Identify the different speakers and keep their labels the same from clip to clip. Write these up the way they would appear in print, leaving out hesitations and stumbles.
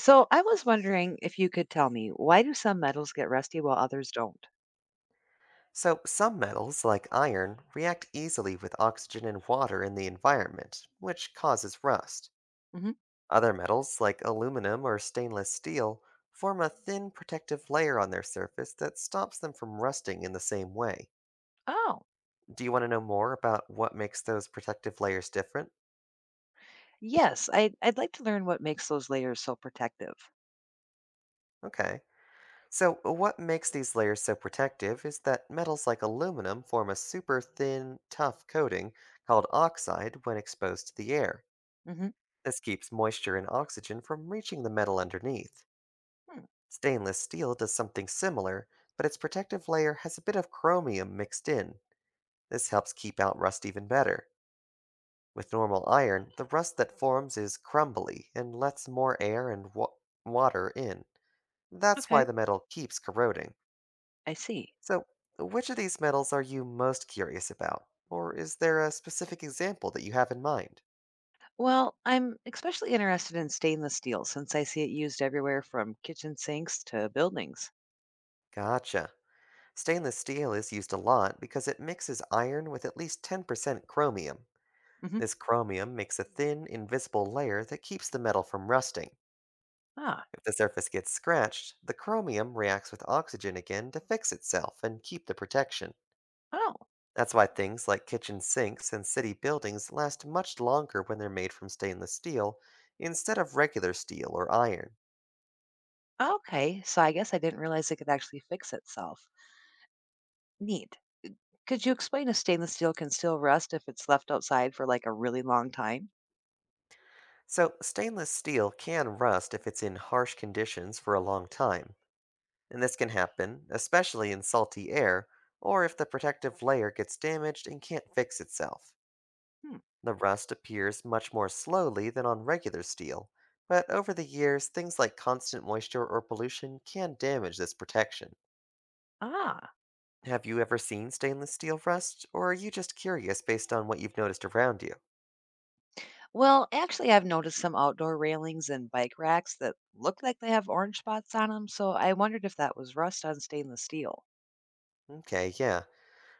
Speaker 1: So I was wondering if you could tell me why do some metals get rusty while others don't?
Speaker 2: So, some metals, like iron, react easily with oxygen and water in the environment, which causes rust.
Speaker 1: Hmm.
Speaker 2: Other metals, like aluminum or stainless steel, form a thin protective layer on their surface that stops them from rusting in the same way.
Speaker 1: Oh.
Speaker 2: Do you want to know more about what makes those protective layers different?
Speaker 1: Yes, I'd like to learn what makes those layers so protective.
Speaker 2: Okay. So, what makes these layers so protective is that metals like aluminum form a super thin, tough coating called oxide when exposed to the air.
Speaker 1: Hmm.
Speaker 2: This keeps moisture and oxygen from reaching the metal underneath.
Speaker 1: Hmm.
Speaker 2: Stainless steel does something similar, but its protective layer has a bit of chromium mixed in. This helps keep out rust even better. With normal iron, the rust that forms is crumbly and lets more air and water in. That's why
Speaker 1: Okay.
Speaker 2: the metal keeps corroding.
Speaker 1: I see.
Speaker 2: So, which of these metals are you most curious about? Or is there a specific example that you have in mind?
Speaker 1: Well, I'm especially interested in stainless steel since I see it used everywhere from kitchen sinks to buildings.
Speaker 2: Gotcha. Stainless steel is used a lot because it mixes iron with at least 10% chromium.
Speaker 1: Hmm.
Speaker 2: This chromium makes a thin, invisible layer that keeps the metal from rusting.
Speaker 1: Ah.
Speaker 2: If the surface gets scratched, the chromium reacts with oxygen again to fix itself and keep the protection.
Speaker 1: Oh.
Speaker 2: That's why things like kitchen sinks and city buildings last much longer when they're made from stainless steel instead of regular steel or iron.
Speaker 1: Okay, so I guess I didn't realize it could actually fix itself. Neat. Could you explain if stainless steel can still rust if it's left outside for like a really long time?
Speaker 2: So, stainless steel can rust if it's in harsh conditions for a long time and this can happen, especially in salty air, or if the protective layer gets damaged and can't fix itself.
Speaker 1: Hmm.
Speaker 2: The rust appears much more slowly than on regular steel, but over the years, things like constant moisture or pollution can damage this protection.
Speaker 1: Ah.
Speaker 2: Have you ever seen stainless steel rust, or are you just curious based on what you've noticed around you?
Speaker 1: Well, actually, I've noticed some outdoor railings and bike racks that look like they have orange spots on them, so I wondered if that was rust on stainless steel.
Speaker 2: Okay, yeah.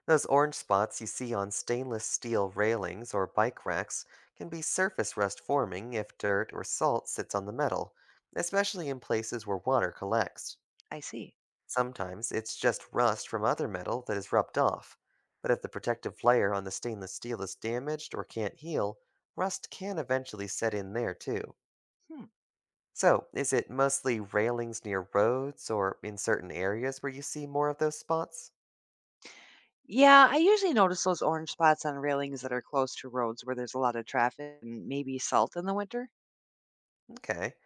Speaker 2: Those orange spots you see on stainless steel railings or bike racks can be surface rust forming if dirt or salt sits on the metal, especially in places where water collects.
Speaker 1: I see.
Speaker 2: Sometimes it's just rust from other metal that is rubbed off, but if the protective layer on the stainless steel is damaged or can't heal, rust can eventually set in there too.
Speaker 1: Hmm.
Speaker 2: So, is it mostly railings near roads or in certain areas where you see more of those spots?
Speaker 1: Yeah, I usually notice those orange spots on railings that are close to roads where there's a lot of traffic and maybe salt in the winter.
Speaker 2: Okay.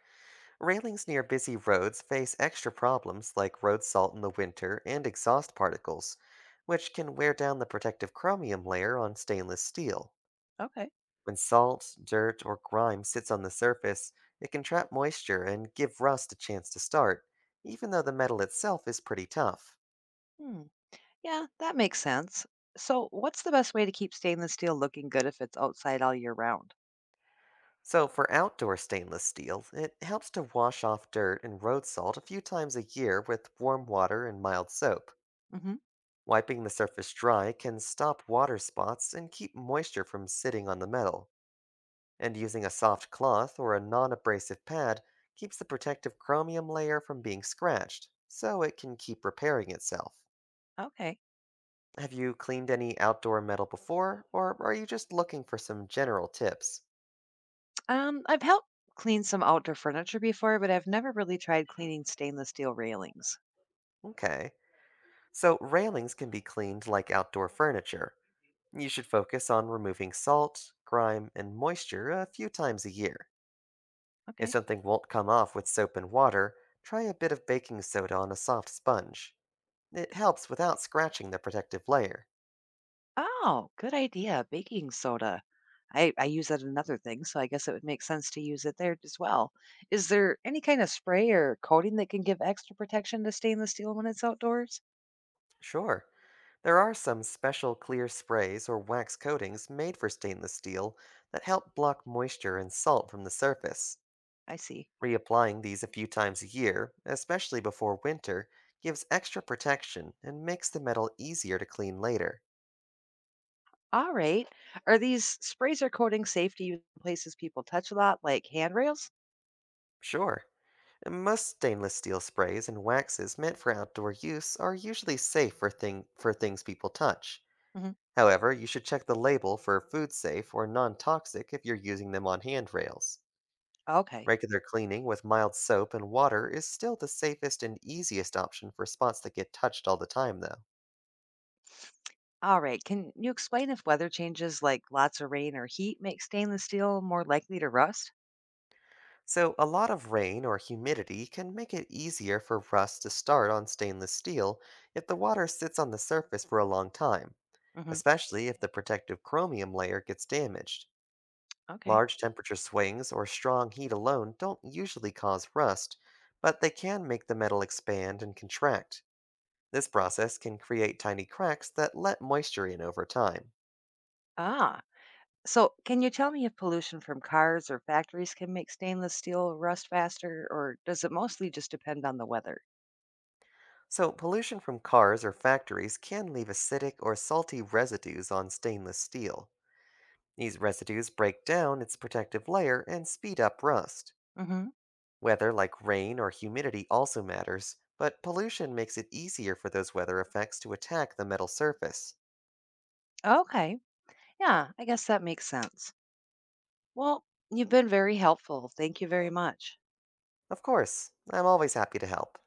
Speaker 2: Railings near busy roads face extra problems like road salt in the winter and exhaust particles, which can wear down the protective chromium layer on stainless steel.
Speaker 1: Okay.
Speaker 2: When salt, dirt, or grime sits on the surface, it can trap moisture and give rust a chance to start, even though the metal itself is pretty tough.
Speaker 1: Hmm. Yeah, that makes sense. So, what's the best way to keep stainless steel looking good if it's outside all year round?
Speaker 2: So, for outdoor stainless steel, it helps to wash off dirt and road salt a few times a year with warm water and mild soap.
Speaker 1: Hmm.
Speaker 2: Wiping the surface dry can stop water spots and keep moisture from sitting on the metal, and using a soft cloth or a non abrasive pad keeps the protective chromium layer from being scratched, so it can keep repairing itself.
Speaker 1: Okay.
Speaker 2: Have you cleaned any outdoor metal before, or are you just looking for some general tips?
Speaker 1: I've helped clean some outdoor furniture before, but I've never really tried cleaning stainless steel railings.
Speaker 2: Okay, so railings can be cleaned like outdoor furniture. You should focus on removing salt, grime, and moisture a few times a year. If
Speaker 1: Okay.
Speaker 2: something won't come off with soap and water, try a bit of baking soda on a soft sponge. It helps without scratching the protective layer.
Speaker 1: Oh, good idea. Baking soda. I use that in another thing, so I guess it would make sense to use it there as well. Is there any kind of spray or coating that can give extra protection to stainless steel when it's outdoors?
Speaker 2: Sure, there are some special clear sprays or wax coatings made for stainless steel that help block moisture and salt from the surface.
Speaker 1: I see.
Speaker 2: Reapplying these a few times a year, especially before winter, gives extra protection and makes the metal easier to clean later.
Speaker 1: All right. Are these sprays or coatings safe to use in places people touch a lot, like handrails?
Speaker 2: Sure. Most stainless steel sprays and waxes meant for outdoor use are usually safe for, for things people touch.
Speaker 1: Hmm.
Speaker 2: However, you should check the label for food safe or non toxic if you're using them on handrails.
Speaker 1: Okay.
Speaker 2: Regular cleaning with mild soap and water is still the safest and easiest option for spots that get touched all the time, though.
Speaker 1: All right. Can you explain if weather changes, like lots of rain or heat, make stainless steel more likely to rust?
Speaker 2: So, a lot of rain or humidity can make it easier for rust to start on stainless steel if the water sits on the surface for a long time,
Speaker 1: Hmm.
Speaker 2: especially if the protective chromium layer gets damaged.
Speaker 1: Okay.
Speaker 2: Large temperature swings or strong heat alone don't usually cause rust, but they can make the metal expand and contract. This process can create tiny cracks that let moisture in over time.
Speaker 1: Ah. So, can you tell me if pollution from cars or factories can make stainless steel rust faster, or does it mostly just depend on the weather?
Speaker 2: So, pollution from cars or factories can leave acidic or salty residues on stainless steel. These residues break down its protective layer and speed up rust.
Speaker 1: Hmm.
Speaker 2: Weather like rain or humidity also matters, but pollution makes it easier for those weather effects to attack the metal surface.
Speaker 1: Okay. Yeah, I guess that makes sense. Well, you've been very helpful. Thank you very much.
Speaker 2: Of course, I'm always happy to help.